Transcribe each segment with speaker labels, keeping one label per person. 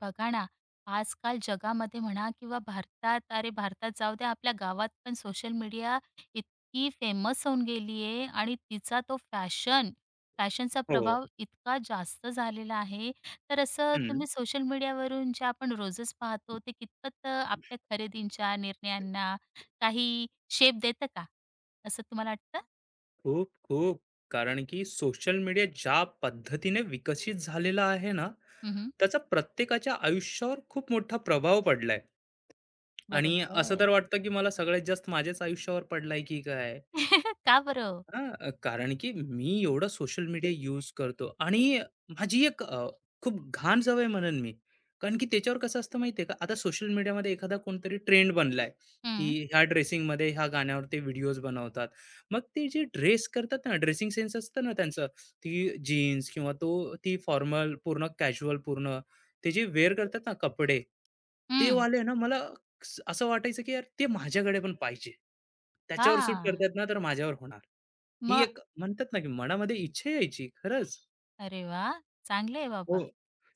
Speaker 1: बघा ना, आजकाल जगामध्ये म्हणा किंवा भारतात, अरे भारतात जाऊ द्या, आपल्या गावात पण सोशल मीडिया इतकी फेमस होऊन गेली आहे आणि तिचा तो फॅशनचा
Speaker 2: हो.
Speaker 1: प्रभाव इतका जास्त झालेला आहे. तर असं
Speaker 2: हं.
Speaker 1: तुम्ही सोशल मीडियावरून जे आपण रोजच पाहतो, ते कितपत आपल्या खरेदींच्या निर्णयांना काही शेप देतं का? असं तुम्हाला वाटतं?
Speaker 2: खूप, खूप. कारण की सोशल मीडिया ज्या पद्धतीने विकसित झालेला आहे ना,
Speaker 1: हं,
Speaker 2: त्याचा प्रत्येकाच्या आयुष्यावर खूप मोठा प्रभाव पडलाय आणि असं
Speaker 1: बरोबर.
Speaker 2: तर वाटतं की मला सगळ्यात जास्त माझ्याच आयुष्यावर पडलाय की काय?
Speaker 1: का बरं?
Speaker 2: हां, कारण की मी एवढा सोशल मीडिया यूज करतो आणि माझी एक खूप घाण सवय म्हणेन मी. कारण की त्याच्यावर कसं असतं माहिती आहे का, आता सोशल मीडियामध्ये एखादा कोणतरी ट्रेंड बनलाय, की
Speaker 1: हं,
Speaker 2: ह्या ड्रेसिंगमध्ये ह्या गाण्यावर ते व्हिडिओज बनवतात. मग ते जे ड्रेस करतात ना, ड्रेसिंग सेन्स असतं ना त्यांचं, ती जीन्स किंवा ती फॉर्मल पूर्ण कॅज्युअल पूर्ण ते जे वेअर करतात ना कपडे, ते
Speaker 1: हं.
Speaker 2: वाले ना मला असं वाटायचं की यार ते माझ्याकडे पण पाहिजे. त्याच्यावर सूट
Speaker 1: हां.
Speaker 2: करतात ना, तर माझ्यावर होणार. ही
Speaker 1: मग?
Speaker 2: एक म्हणतात ना, की मनामध्ये इच्छा यायची खरंच.
Speaker 1: अरे वा, चांगलं आहे
Speaker 2: हो.
Speaker 1: बाबा.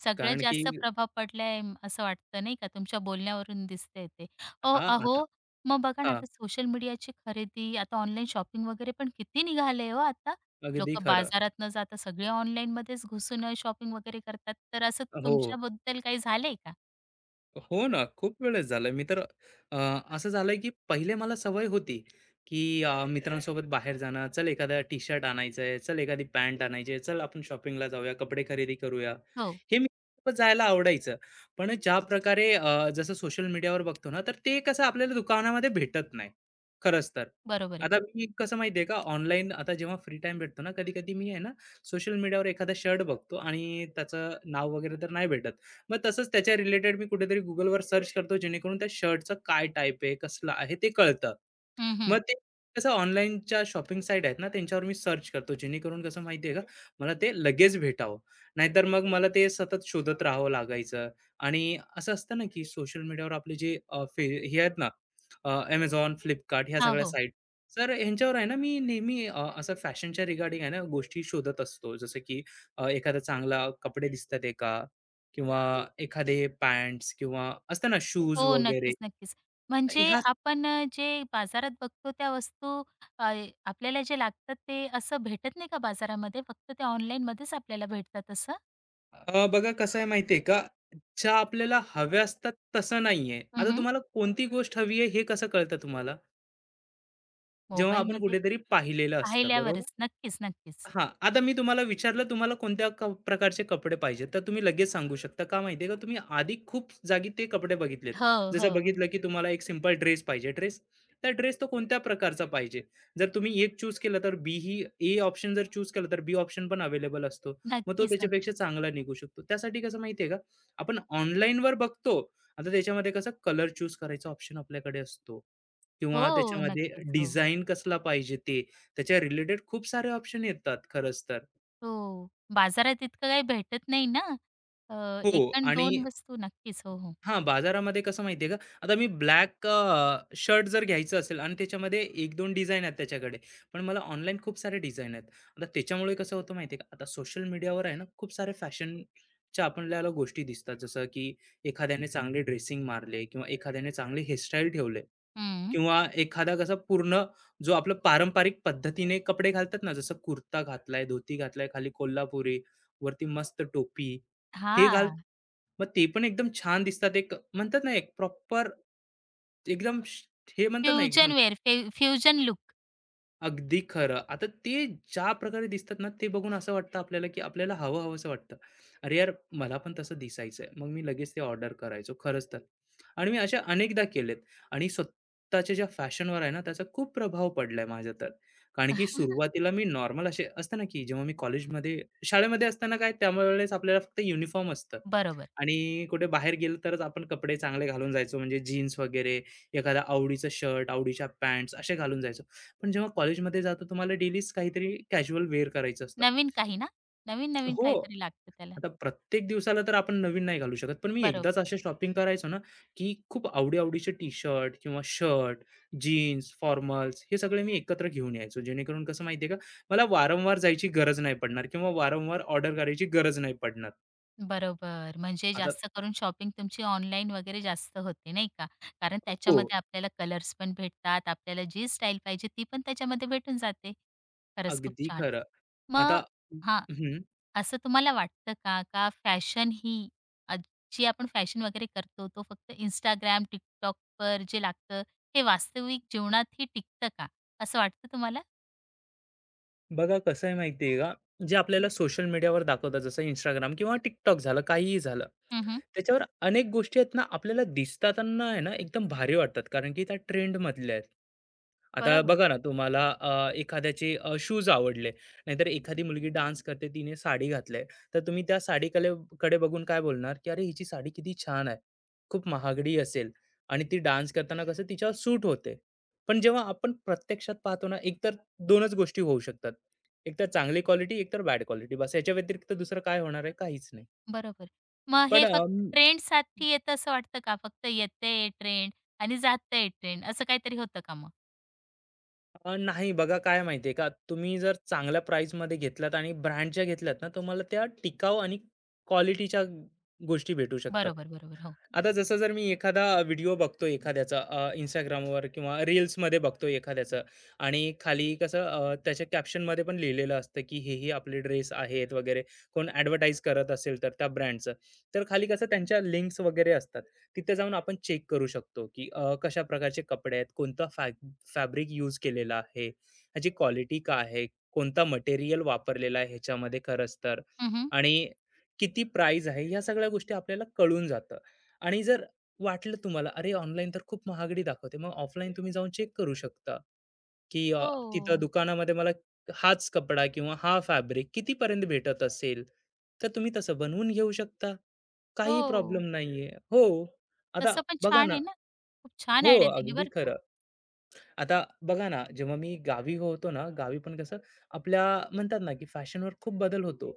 Speaker 1: सगळ्यात
Speaker 2: कारण की
Speaker 1: जास्त प्रभाव पडलाय, असं वाटतं नाही का, तुमच्या बोलण्यावरून दिसतंय ते. ओ,
Speaker 2: हां, आता
Speaker 1: अहो, मग बघा ना
Speaker 2: हां,
Speaker 1: आता सोशल मीडियाची खरेदी, आता ऑनलाईन शॉपिंग वगैरे पण किती निघालंय हो आता.
Speaker 2: अगदी
Speaker 1: लोकं
Speaker 2: खरं.
Speaker 1: बाजारात न जाता सगळे ऑनलाईनमध्येच घुसून शॉपिंग वगैरे करतात. तर असं
Speaker 2: हो.
Speaker 1: तुमच्याबद्दल काही झालंय का?
Speaker 2: हो ना, खूप वेळेस झालं. मी तर अ, असं झालंय की पहिले मला सवय होती, की मित्रांसोबत बाहेर जाणं, चल एखादा टी-शर्ट आणायचंय, चल एखादी पॅन्ट आणायची आहे, चल आपण शॉपिंगला जाऊया, कपडे खरेदी करूया.
Speaker 1: हो,
Speaker 2: हे मी सोबत जायला आवडायचं. पण ज्या प्रकारे जसं सोशल मीडियावर बघतो ना, तर ते कसं आपल्याला दुकानामध्ये भेटत नाही, खरंच तर.
Speaker 1: बरोबर आहे.
Speaker 2: आता मी कसं माहिती का, ऑनलाईन आता जेव्हा फ्री टाईम भेटतो ना, कधी-कधी मी आहे ना, सोशल मीडियावर एखादा शर्ट बघतो आणि त्याचं नाव वगैरे तर नाही भेटत. मग तसंच त्याच्या रिलेटेड मी कुठेतरी Googleवर सर्च करतो जेणेकरून त्या शर्टचं काय टाइप आहे, कसलं आहे ते कळतं.
Speaker 1: हं,
Speaker 2: मग
Speaker 1: हं.
Speaker 2: ते कसं ऑनलाईनच्या शॉपिंग साईट आहेत ना, त्यांच्यावर मी सर्च करतो जेणेकरून कसं माहिती आहे का, मला ते लगेच भेटावं. नाहीतर मग मला ते सतत शोधत राहावं लागायचं आणि असं असतं ना, की सोशल मीडियावर आपले जे अ, फे हे आहेत ना, अ, Amazon, ह्या
Speaker 1: हां,
Speaker 2: सगळ्या
Speaker 1: हो.
Speaker 2: साईट. तर ह्यांच्यावर आहे ना, मी नेहमी असं फॅशनच्या रिगार्डिंग आहे ना, गोष्टी शोधत असतो. जसं की एखादा चांगला कपडे दिसतात का? किंवा एखादे पॅन्ट्स किंवा असतं ना शूज
Speaker 1: हो,
Speaker 2: वगैरे
Speaker 1: नक्कीच, नक्कीच. म्हणजे
Speaker 2: ह्या
Speaker 1: आपण जे बाजारात बघतो त्या वस्तू, अ, आपल्याला जे लागतात ते असं भेटत नाही का बाजारामध्ये? फक्त ते ऑनलाईनमध्येच आपल्याला भेटतात असं?
Speaker 2: बघा कसं आहे माहितीये का ज्या आपल्याला हव्या असतात तसं नाहीये
Speaker 1: हं,
Speaker 2: आता
Speaker 1: हं.
Speaker 2: तुम्हाला कोणती गोष्ट हवी आहे हे कसं कळतं तुम्हाला जेव्हा आपण
Speaker 1: मोबाईलमध्ये
Speaker 2: कुठेतरी पाहिलेलं असतं बरोबर
Speaker 1: पाहिल्यावरच. नक्कीच, नक्कीच.
Speaker 2: हां, आता मी तुम्हाला विचारलं तुम्हाला कोणत्या प्रकारचे कपडे पाहिजेत, तर तुम्ही लगेच सांगू शकता. का माहिती का, तुम्ही आधी खूप जागी ते कपडे बघितलेत.
Speaker 1: हो,
Speaker 2: जसं
Speaker 1: हो.
Speaker 2: बघितलं की तुम्हाला एक सिंपल ड्रेस पाहिजे. ड्रेस तर ड्रेस तो कोणत्या प्रकारचा पाहिजे? जर तुम्ही एक चूज केलं तर बी ही ए ऑप्शन जर चूज केलं तर बी ऑप्शन पण अवेलेबल असतो. मग तो
Speaker 1: नक्कीच,
Speaker 2: त्याच्यापेक्षा
Speaker 1: नक्कीच.
Speaker 2: चांगला निघू शकतो. त्यासाठी कसं माहिती का, आपण ऑनलाईनवर बघतो. आता त्याच्यामध्ये कसं कलर चूज करायचा ऑप्शन आपल्याकडे असतो किंवा
Speaker 1: हो,
Speaker 2: त्याच्यामध्ये
Speaker 1: नक्कीच. हो, हो.
Speaker 2: डिझाइन कसला पाहिजे ते त्याच्या रिलेटेड खूप सारे ऑप्शन येतात खरंच तर.
Speaker 1: हो. बाजारात इतकं काही भेटत नाही ना. अ,
Speaker 2: हो
Speaker 1: 1 आणि
Speaker 2: आणि
Speaker 1: 2 वस्तू नक्कीच. हो, हो.
Speaker 2: हां, बाजारामध्ये कसं माहिती का, आता मी ब्लॅक शर्ट जर घ्यायचं असेल आणि त्याच्यामध्ये 1-2 डिझाइन आहेत त्याच्याकडे. पण मला ऑनलाईन खूप सारे डिझाइन आहेत. आता त्याच्यामुळे कसं होतं माहिती का, आता सोशल मीडियावर आहे ना, खूप साऱ्या फॅशनच्या आपल्याला गोष्टी दिसतात. जसं की एखाद्याने चांगले ड्रेसिंग मारले किंवा एखाद्याने चांगले हेअरस्टाईल ठेवले
Speaker 1: हं.
Speaker 2: किंवा एखादा कसा पूर्ण जो आपलं पारंपरिक पद्धतीने कपडे घालतात ना, जसं कुर्ता घातलाय, धोती घातलाय, खाली कोल्हापुरी, वरती मस्त टोपी हे घाल
Speaker 1: हां.
Speaker 2: मग ते पण एकदम छान दिसतात. एक म्हणतात ना, एक प्रॉपर एकदम हे म्हणतात ना, एकदम
Speaker 1: फ्युजन वेअर फ्युजन लूक.
Speaker 2: अगदी खरं. आता ते ज्या प्रकारे दिसतात ना, ते बघून असं वाटतं आपल्याला, की आपल्याला हवं हवंसं वाटतं. अरे यार, मला पण तसं दिसायचंय. मग मी लगेच ते ऑर्डर करायचो खरंच तर. आणि मी अशा अनेकदा केलेत आणि स्वतःच्या ज्या फॅशनवर आहे ना, त्याचा खूप प्रभाव पडलाय माझ्या तर. कारण की सुरुवातीला मी नॉर्मल असे असतं ना, की जेव्हा मी कॉलेजमध्ये शाळेमध्ये असताना काय त्यावेळेस आपल्याला फक्त युनिफॉर्म असतं
Speaker 1: बरोबर.
Speaker 2: आणि कुठे बाहेर गेलो तरच आपण कपडे चांगले घालून जायचो म्हणजे जीन्स वगैरे, एखादा आवडीचं शर्ट, आवडीच्या पँट्स असे घालून जायचो. पण जेव्हा कॉलेजमध्ये जातो तुम्हाला डेलीच काहीतरी कॅज्युअल वेअर करायचं असतं.
Speaker 1: नवीन काही ना? नवीन-नवीन
Speaker 2: हो.
Speaker 1: काहीतरी लागतं त्याला.
Speaker 2: आता प्रत्येक दिवसाला तर आपण नवीन नाही घालू शकत. पण मी एकदाच
Speaker 1: बरोबर,
Speaker 2: असे शॉपिंग करायचो ना, की खूप आवडी-आवडीचे टी-शर्ट किंवा शर्ट, जीन्स, फॉर्मल्स हे सगळे मी एकत्र घेऊन यायचो. जेणेकरून कसं माहिती आहे का, मला वारंवार जायची गरज नाही पडणार किंवा वारंवार ऑर्डर करायची गरज नाही पडणार.
Speaker 1: बरोबर. म्हणजे
Speaker 2: आता
Speaker 1: जास्त करून शॉपिंग तुमची ऑनलाईन वगैरे जास्त होते, नाही का? कारण
Speaker 2: हो,
Speaker 1: त्याच्यामध्ये आपल्याला कलर्स पण भेटतात, आपल्याला जी स्टाईल पाहिजे ती पण त्याच्यामध्ये भेटून जाते. खरंच खूप
Speaker 2: अगदी
Speaker 1: छान.
Speaker 2: खरं. आता
Speaker 1: मग हां,
Speaker 2: हं,
Speaker 1: असं तुम्हाला वाटतं का, का फॅशन ही, अ, जी आपण फॅशन वगैरे करतो, तो फक्त Instagram, TikTokवर जे लागतं, हे वास्तविक जीवनातही टिकतं का? असं वाटतं तुम्हाला?
Speaker 2: बघा कसं आहे माहिती का, जे आपल्याला सोशल मीडियावर दाखवतात जसं Instagram किंवा TikTok झालं, काहीही झालं.
Speaker 1: हं, हं.
Speaker 2: त्याच्यावर अनेक गोष्टी आहेत ना आपल्याला दिसताना आहे ना एकदम भारी वाटतात कारण की त्या ट्रेंड मधल्या आहेत. आता
Speaker 1: बरोबर.
Speaker 2: बघा ना तुम्हाला एखाद्याचे शूज आवडले नाहीतर एखादी मुलगी डान्स करते तिने साडी घातले तर तुम्ही त्या साडीकडे कडे बघून काय बोलणार की अरे हिची साडी किती छान आहे खूप महागडी असेल आणि ती डान्स करताना कसं तिच्यावर सूट होते पण जेव्हा आपण प्रत्यक्षात पाहतो ना एकतर दोनच गोष्टी होऊ शकतात एकतर चांगली क्वालिटी एकतर बॅड क्वालिटी बस याच्या व्यतिरिक्त दुसरं काय होणार आहे काहीच नाही
Speaker 1: बरोबर. मग
Speaker 2: पण
Speaker 1: हे फक्त ट्रेंडसाठी येतं असं वाटतं का? फक्त येतंय ट्रेंड आणि जातंय ट्रेंड असं काहीतरी होतं का मग?
Speaker 2: नाही बघा काय माहिती आहे का, तुम्ही जर चांगल्या प्राईसमध्ये घेतलात आणि ब्रँडच्या घेतल्यात ना, तुम्हाला त्या टिकाऊ आणि क्वालिटीच्या गोष्टी भेटू शकतात.
Speaker 1: बरोबर, बरोबर. हो.
Speaker 2: आता जसं जर मी एखादा व्हिडिओ बघतो एखाद्याचा Instagramवर किंवा रील्समध्ये बघतो एखाद्याचं आणि खाली कसं त्याच्या कॅप्शनमध्ये पण लिहिलेलं असतं की हे हे आपले ड्रेस आहेत वगैरे कोण ॲडव्हर्टाईज करत असेल तर त्या ब्रँडचं तर खाली कसं त्यांच्या लिंक्स वगैरे असतात तिथे जाऊन आपण चेक करू शकतो की कशा प्रकारचे कपडे आहेत कोणता फॅब्रिक यूज केलेला आहे ह्याची क्वालिटी काय आहे कोणता मटेरियल वापरलेला आहे ह्याच्यामध्ये खरंच तर
Speaker 1: हं,
Speaker 2: आणि किती प्राईज आहे ह्या सगळ्या गोष्टी आपल्याला कळून जातं आणि जर वाटलं तुम्हाला, अरे ऑनलाईन तर खूप महागडी दाखवते. मग ऑफलाईन तुम्ही जाऊन चेक करू शकता, की तिथं
Speaker 1: हो.
Speaker 2: दुकानामध्ये मला हाच कपडा किंवा हा फॅब्रिक कितीपर्यंत भेटत असेल, तर तुम्ही तसं बनवून घेऊ शकता. काही
Speaker 1: हो.
Speaker 2: प्रॉब्लेम नाहीये. हो. आता
Speaker 1: तसं पण
Speaker 2: बघा
Speaker 1: छान
Speaker 2: ना
Speaker 1: आहे ना. खूप छान
Speaker 2: हो,
Speaker 1: आयडिया दिली
Speaker 2: अगदी
Speaker 1: बरं का.
Speaker 2: खरं. आता बघा ना, जेव्हा मी गावी होतो ना, गावी पण कसं आपल्या म्हणतात ना, की फॅशनवर खूप बदल होतो.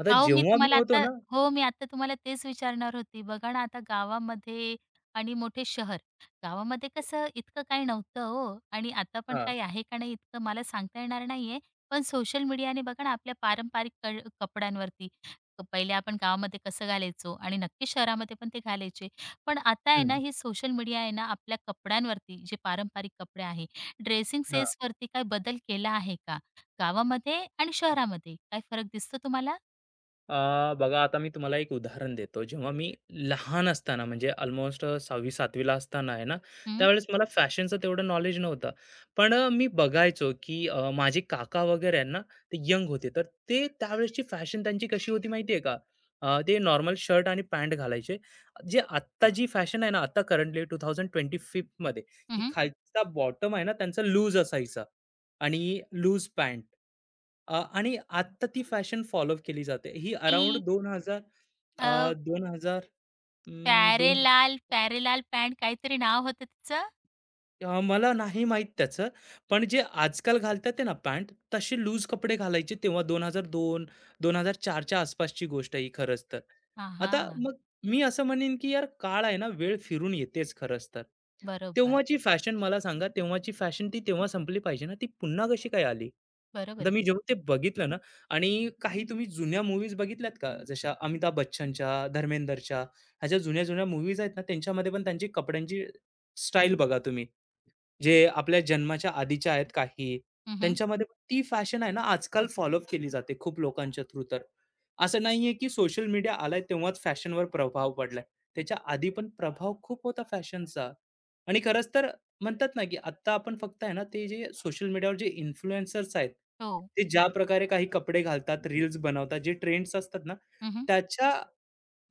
Speaker 2: आता
Speaker 1: अहो, मी
Speaker 2: जेव्हा मी
Speaker 1: तुम्हाला
Speaker 2: होतो
Speaker 1: आता
Speaker 2: ना
Speaker 1: हो, मी आता तुम्हाला तेच विचारणार होती. बघा ना, आता गावामध्ये आणि मोठे शहर, गावामध्ये कसं इतकं काही नव्हतं हो आणि आता पण
Speaker 2: हां,
Speaker 1: काही आहे का नाही इतकं मला सांगता येणार नाहीये. पण सोशल मीडियाने बघा ना, आपल्या पारंपरिक कपड्यांवरती, पहिले आपण गावामध्ये कसं घालायचो आणि नक्की शहरामध्ये पण ते घालायचे. पण आता आहे ना,
Speaker 2: हं.
Speaker 1: हे सोशल मीडिया आहे ना, आपल्या कपड्यांवरती जे पारंपरिक कपडे आहे, ड्रेसिंग सेन्सवरती काही बदल केला आहे का? गावामध्ये आणि शहरामध्ये काही फरक दिसतो तुम्हाला?
Speaker 2: बघा आता मी तुम्हाला एक उदाहरण देतो. जेव्हा मी लहान असताना म्हणजे अल्मोस्ट 6वी-7वी ला असताना आहे ना,
Speaker 1: हं,
Speaker 2: त्यावेळेस मला फॅशनचं तेवढं नॉलेज नव्हतं. पण मी बघायचो की माझे काका वगैरे आहेत ना, ते यंग होते. तर ते त्यावेळेसची फॅशन त्यांची कशी होती माहिती आहे का? ते नॉर्मल शर्ट आणि पॅन्ट घालायचे. जे आत्ता जी फॅशन आहे ना, आता करंटली 2025 मध्ये की
Speaker 1: हं,
Speaker 2: खालचा बॉटम आहे ना, त्यांचा लूज असायचा. आणि लूज पॅन्ट आणि आत्ता ती फॅशन फॉलो केली जाते. ही
Speaker 1: ती
Speaker 2: अराउंड 2000
Speaker 1: अ,
Speaker 2: 2000 अं,
Speaker 1: प्यारेलाल पॅन्ट काहीतरी नाव होतं तिचं.
Speaker 2: मला नाही माहीत त्याचं. पण जे आजकाल घालतात आहे ना पॅन्ट, तसे लूज कपडे घालायचे तेव्हा 2002-2004 च्या आसपासची गोष्ट आहे ही खरंच तर.
Speaker 1: हां,
Speaker 2: आता
Speaker 1: हां.
Speaker 2: मग मी असं म्हणेन, की यार काळ आहे ना, वेळ फिरून येतेच खरंच तर.
Speaker 1: बरोबर.
Speaker 2: तेव्हाची फॅशन मला सांगा, तेव्हाची फॅशन ती तेव्हा संपली पाहिजे ना, ती पुन्हा कशी काय आली?
Speaker 1: बरोबर
Speaker 2: आता
Speaker 1: आहे.
Speaker 2: मी जेव्हा ते बघितलं ना आणि काही तुम्ही जुन्या मूव्हीज बघितल्यात का? जशा अमिताभ बच्चनच्या, धर्मेंदरच्या, ह्या जुन्या-जुन्या मूव्हीज आहेत ना, त्यांच्यामध्ये पण त्यांची कपड्यांची स्टाईल बघा तुम्ही. जे आपल्या जन्माच्या आधीच्या आहेत काही,
Speaker 1: हं, हं.
Speaker 2: त्यांच्यामध्ये पण ती फॅशन आहे ना आजकाल फॉलो अप केली जाते खूप लोकांच्या थ्रू तर. असं नाहीये की सोशल मीडिया आलाय तेव्हाच फॅशनवर प्रभाव पडलाय. त्याच्या आधी पण प्रभाव खूप होता फॅशनचा. आणि खरंच तर म्हणतात ना, की आत्ता आपण फक्त आहे ना ते जे सोशल मीडियावर जे इन्फ्लुएन्सर्स आहेत,
Speaker 1: हो.
Speaker 2: ते ज्या प्रकारे काही कपडे घालतात, रील्स बनवतात, जे ट्रेंड्स असतात ना,
Speaker 1: हं, हं.
Speaker 2: त्याच्या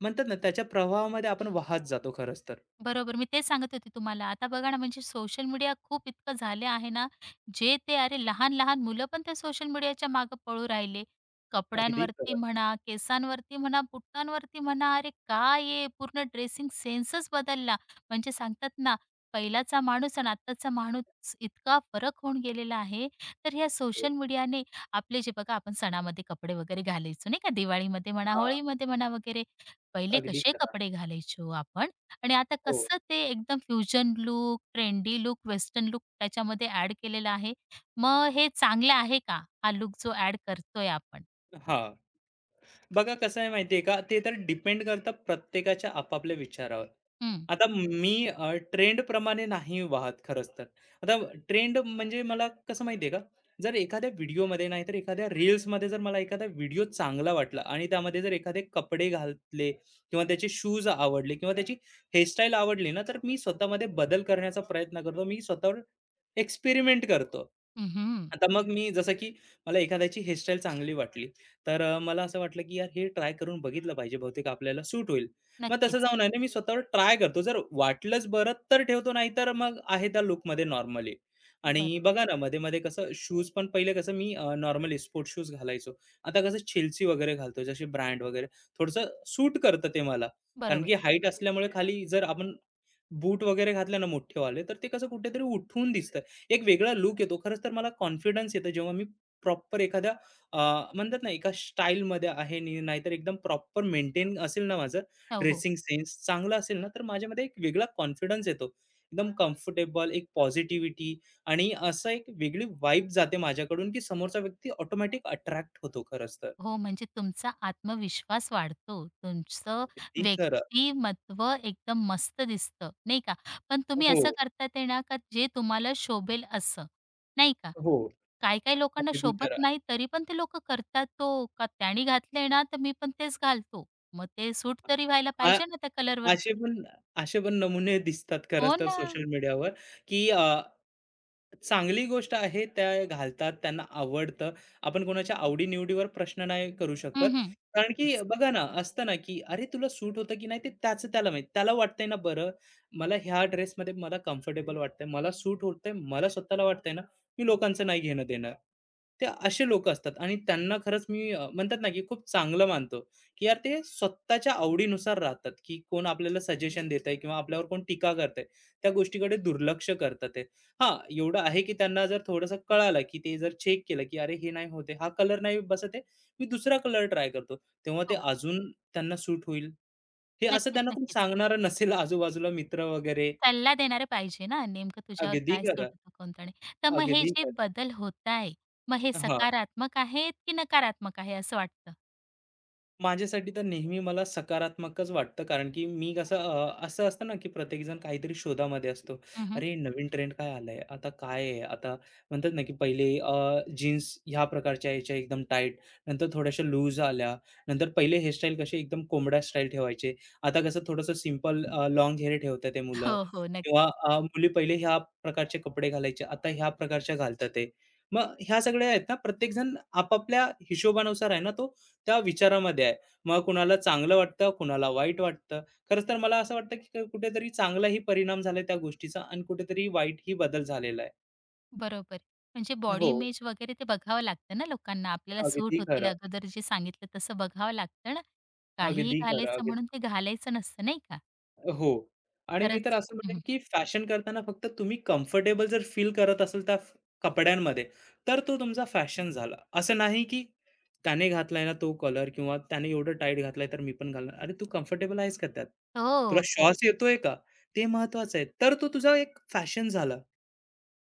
Speaker 2: म्हणतात ना त्याच्या प्रभावामध्ये आपण वाहत जातो खरंच तर.
Speaker 1: बरोबर. मी तेच सांगत होते तुम्हाला. आता बघा ना, म्हणजे सोशल मीडिया खूप इतकं झालं आहे ना, जे ते अरे लहान-लहान मुलं पण त्या सोशल मीडियाच्या मागे पळू राहिले.
Speaker 2: अगदी
Speaker 1: कपड्यांवरती
Speaker 2: खरं.
Speaker 1: म्हणा, केसांवरती म्हणा, बुटांवरती म्हणा. अरे काय आहे, पूर्ण ड्रेसिंग सेन्सच बदलला. म्हणजे सांगतात ना, पहिलाचा माणूस आणि आत्ताचा माणूस इतका फरक होऊन गेलेला आहे. तर ह्या
Speaker 2: हो.
Speaker 1: सोशल मीडियाने आपले जे, बघा आपण सणामध्ये कपडे वगैरे घालायचो नाही का, दिवाळीमध्ये म्हणा,
Speaker 2: हां,
Speaker 1: होळीमध्ये म्हणा वगैरे. पहिले
Speaker 2: अगदी
Speaker 1: कसे
Speaker 2: खरं.
Speaker 1: कपडे घालायचो आपण? आणि आता
Speaker 2: हो.
Speaker 1: कसं ते एकदम fusion look, trendy look, western look त्याच्यामध्ये ॲड केलेला आहे. मग हे चांगलं आहे का? हा लुक जो ॲड करतोय आपण?
Speaker 2: हां. बघा कसं आहे माहिती का? ते तर डिपेंड करतं प्रत्येकाच्या आपापल्या विचारावर.
Speaker 1: हं.
Speaker 2: आता मी ट्रेंडप्रमाणे नाही वाहत खरंच तर. आता ट्रेंड म्हणजे मला कसं माहिती आहे का? जर एखाद्या व्हिडिओमध्ये नाही तर एखाद्या रील्समध्ये जर मला एखादा व्हिडिओ चांगला वाटला आणि त्यामध्ये जर एखादे कपडे घातले किंवा त्याचे शूज आवडले किंवा त्याची हेअरस्टाईल आवडली ना, तर मी स्वतःमध्ये बदल करण्याचा प्रयत्न करतो. मी स्वतःवर एक्सपेरिमेंट करतो.
Speaker 1: हं, हं.
Speaker 2: आता मग मी जसं की मला एखाद्याची हेअरस्टाईल चांगली वाटली, तर मला असं वाटलं की यार हे ट्राय करून बघितलं पाहिजे, बहुतेक आपल्याला सूट होईल. मग तसं
Speaker 1: नक्कीच.
Speaker 2: जाऊन आहे ना, मी स्वतःवर ट्राय करतो. जर वाटलंच बरं तर ठेवतो, नाहीतर मग आहे त्या लूकमध्ये नॉर्मली. आणि
Speaker 1: बरोबर.
Speaker 2: बघा ना, मध्ये-मध्ये कसं शूज पण पहिले कसं मी नॉर्मली स्पोर्ट्स शूज घालायचो. आता कसं चेल्सी वगैरे घालतो, जसे ब्रँड वगैरे. थोडंसं सूट करतं ते मला. कारण
Speaker 1: बरोबर.
Speaker 2: की हाईट असल्यामुळे खाली जर आपण बूट वगैरे घातले ना मोठेवाले, तर ते कसं कुठेतरी उठून दिसतं. एक वेगळा लूक येतो. खरंच तर मला कॉन्फिडन्स येतो जेव्हा मी प्रॉपर एखाद्या अ, म्हणतात ना एका स्टाईलमध्ये आहे नी नाहीतर एकदम प्रॉपर मेंटेन असेल ना माझं
Speaker 1: हो, हो.
Speaker 2: ड्रेसिंग सेन्स चांगला असेल ना, तर माझ्यामध्ये एक वेगळा कॉन्फिडन्स येतो. एकदम कम्फर्टेबल, एक पॉझिटिव्हिटी आणि असं एक वेगळी वाइब जाते माझ्याकडून, की समोरचा व्यक्ती ऑटोमॅटिक अट्रॅक्ट होतो खरंच तर.
Speaker 1: हो, म्हणजे तुमचा आत्मविश्वास वाढतो. तुमचं
Speaker 2: अगदी खरं.
Speaker 1: व्यक्तिमत्व एकदम मस्त दिसतं, नाही का? पण तुम्ही
Speaker 2: हो,
Speaker 1: असं करतात आहे ना, का जे तुम्हाला शोभेल असं, नाही
Speaker 2: हो.
Speaker 1: काही-काही लोकांना
Speaker 2: अगदी
Speaker 1: शोभत
Speaker 2: खरं.
Speaker 1: नाही, तरी पण ते लोकं करतात तो. का त्याने घातलंय ना, तर मी पण तेच घालतो. मग ते सूट तरी व्हायला
Speaker 2: अ,
Speaker 1: पाहिजे ना त्या
Speaker 2: असे
Speaker 1: कलरवरती.
Speaker 2: पण असे पण नमुने दिसतात
Speaker 1: हो
Speaker 2: खरंच तर
Speaker 1: ना.
Speaker 2: सोशल मीडियावर, की चांगली गोष्ट आहे, त्या घालतात, त्यांना आवडतं. आपण कोणाच्या आवडी-निवडीवर प्रश्न नाही करू
Speaker 1: हं,
Speaker 2: शकत.
Speaker 1: हं.
Speaker 2: कारण की
Speaker 1: नक्कीच.
Speaker 2: बघा ना, असतं ना, की "अरे, तुला सूट होतं की नाही ते त्याचं त्याला माहीत." त्याला वाटतंय ना, "बरं, मला ह्या ड्रेसमध्ये मला कम्फर्टेबल वाटतंय, मला सूट होतंय, मला स्वतःला वाटतंय ना, मी लोकांचं नाही घेणं-देणं." ते असे लोकं असतात आणि त्यांना खरंच मी म्हणतात ना, की खूप चांगलं मानतो, की यार ते स्वतःच्या आवडीनुसार राहतात, की कोण आपल्याला सजेशन देतंय किंवा आपल्यावर कोण टीका करतंय, त्या गोष्टीकडे दुर्लक्ष करतात हां, एवढं आहे की त्यांना जर थोडंसं कळालं, की ते जर चेक केलं, की "अरे, हे नाही होते आहे, हा कलर नाही बसत आहे, मी दुसरा कलर ट्राय करतो." तेव्हा ते
Speaker 1: हो.
Speaker 2: अजून त्यांना सूट होईल. हे असं
Speaker 1: नक्कीच,
Speaker 2: त्यांना कोण
Speaker 1: नक्कीच.
Speaker 2: सांगणारं नसेल आजूबाजूला मित्र वगैरे.
Speaker 1: सल्ला देणारे पाहिजे ना, नेमकं तुझ्यावर
Speaker 2: अगदी
Speaker 1: काय सूट
Speaker 2: खरं,
Speaker 1: होतं, कोणतं नाही. तर मग हे
Speaker 2: अगदी
Speaker 1: जे
Speaker 2: खरं.
Speaker 1: बदल होत आहे, मग हे
Speaker 2: हां.
Speaker 1: सकारात्मक आहेत की नकारात्मक आहे असं वाटतं?
Speaker 2: माझ्यासाठी तर नेहमी मला सकारात्मकच वाटतं कारण की मी कसं असं असतं ना की प्रत्येकजण काहीतरी शोधामध्ये असतो.
Speaker 1: हं, हं.
Speaker 2: अरे नवीन ट्रेंड काय आलाय? आता काय आहे? आता म्हणतात ना की पहिले जीन्स ह्या प्रकारच्या यायच्या एकदम टाईट, नंतर थोड्याशा लूज आल्या. नंतर पहिले हेअरस्टाईल कसे एकदम कोंबड्या स्टाईल ठेवायचे. आता कसं थोडंसं सिंपल हेअर ठेवतात ते मुलं
Speaker 1: हो, हो.
Speaker 2: किंवा
Speaker 1: नक्कीच.
Speaker 2: मुली पहिले ह्या प्रकारचे कपडे घालायचे, आता ह्या प्रकारच्या घालतात आहे. मग ह्या सगळ्या आहेत ना प्रत्येकजण आपापल्या हिशोबानुसार आहे ना तो त्या विचारामध्ये आहे. मग कुणाला चांगलं वाटतं, कुणाला वाईट वाटतं. खरंच तर मला असं वाटतं, की कुठेतरी चांगलाही परिणाम झालाय त्या गोष्टीचा आणि कुठेतरी वाईटही बदल झालेला आहे.
Speaker 1: बरोबर. म्हणजे
Speaker 2: हो,
Speaker 1: बॉडी इमेज वगैरे ते बघावं लागतं ना लोकांना. आपल्याला सूट
Speaker 2: अगदी
Speaker 1: होतील
Speaker 2: खरं.
Speaker 1: अगोदर जे सांगितलं तसं बघावं लागतं ना. काहीही
Speaker 2: अगदी खरं.
Speaker 1: घालायचं
Speaker 2: अगदी
Speaker 1: म्हणून ते घालायचं नसतं नाही का?
Speaker 2: हो. आणि मी तर
Speaker 1: खरंच.
Speaker 2: असं
Speaker 1: हं,
Speaker 2: म्हणेन,
Speaker 1: हं.
Speaker 2: की फॅशन करताना फक्त तुम्ही कम्फर्टेबल जर फील करत असाल त्या कपड्यांमध्ये, तर तो तुमचा फॅशन झाला. असं नाही, की त्याने घातलाय ना तो कलर किंवा त्याने एवढं टाईट घातलाय, तर मी पण घालणार. अरे, तू कम्फर्टेबल आहेस का त्यात? तुला
Speaker 1: हो, तेच.
Speaker 2: श्वास येतोय का? ते महत्वाचं आहे. तर तो तुझा एक फॅशन झाला.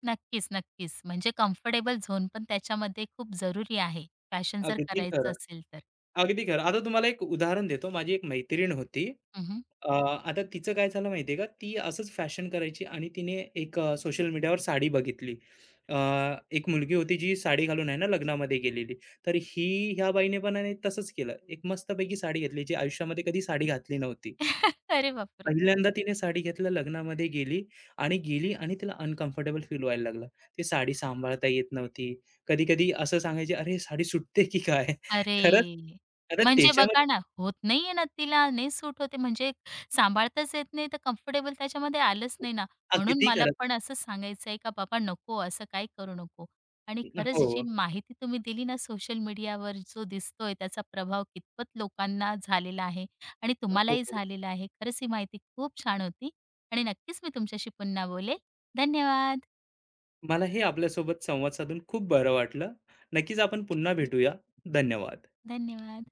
Speaker 1: नक्कीच, नक्कीच. म्हणजे कम्फर्टेबल झोन पण त्याच्यामध्ये खूप जरुरी आहे, फॅशन जर
Speaker 2: अगदी
Speaker 1: करायचं
Speaker 2: खरं.
Speaker 1: असेल तर.
Speaker 2: अगदी खरं. आता तुम्हाला एक उदाहरण देतो. माझी एक मैत्रीण होती.
Speaker 1: हं,
Speaker 2: आता तिचं काय झालं माहिती का? ती असंच फॅशन करायची आणि तिने एक सोशल मीडियावर साडी बघितली. अ, एक मुलगी होती जी साडी घालून आहे ना लग्नामध्ये गेलेली. तर ह्या बाईने पण आहे ना तसंच केलं. एक मस्तपैकी साडी घेतली, जी आयुष्यामध्ये कधी साडी घातली नव्हती.
Speaker 1: अरे बापरे!
Speaker 2: पहिल्यांदा तिने साडी घेतल्या, लग्नामध्ये गेली आणि तिला अनकम्फर्टेबल फील व्हायला लागलं. ती साडी सांभाळता येत नव्हती. कधी-कधी असं सांगायची, "अरे, साडी सुटते की काय?" खरंच
Speaker 1: अरे!
Speaker 2: आता
Speaker 1: म्हणजे बघा
Speaker 2: त्याच्यामध्ये
Speaker 1: ना, होत नाहीये ना तिला, नाही सूट होते म्हणजे सांभाळताच येत नाही, तर कम्फर्टेबल त्याच्यामध्ये आलंच नाही ना. म्हणून
Speaker 2: अगदी
Speaker 1: मला
Speaker 2: खरं.
Speaker 1: पण असं सांगायचं आहे, का बाबा नको, असं काही करू नको. आणि खरंच जी
Speaker 2: हो,
Speaker 1: माहिती तुम्ही दिली ना, सोशल मीडियावर जो दिसतोय, त्याचा प्रभाव कितपत लोकांना झालेला आहे आणि
Speaker 2: हो,
Speaker 1: तुम्हालाही
Speaker 2: हो.
Speaker 1: झालेला आहे. खरंच ही माहिती खूप छान होती आणि नक्कीच मी तुमच्याशी पुन्हा बोलेल. धन्यवाद.
Speaker 2: मला हे आपल्यासोबत संवाद साधून खूप बरं वाटलं. नक्कीच आपण पुन्हा भेटूया. धन्यवाद.
Speaker 1: धन्यवाद.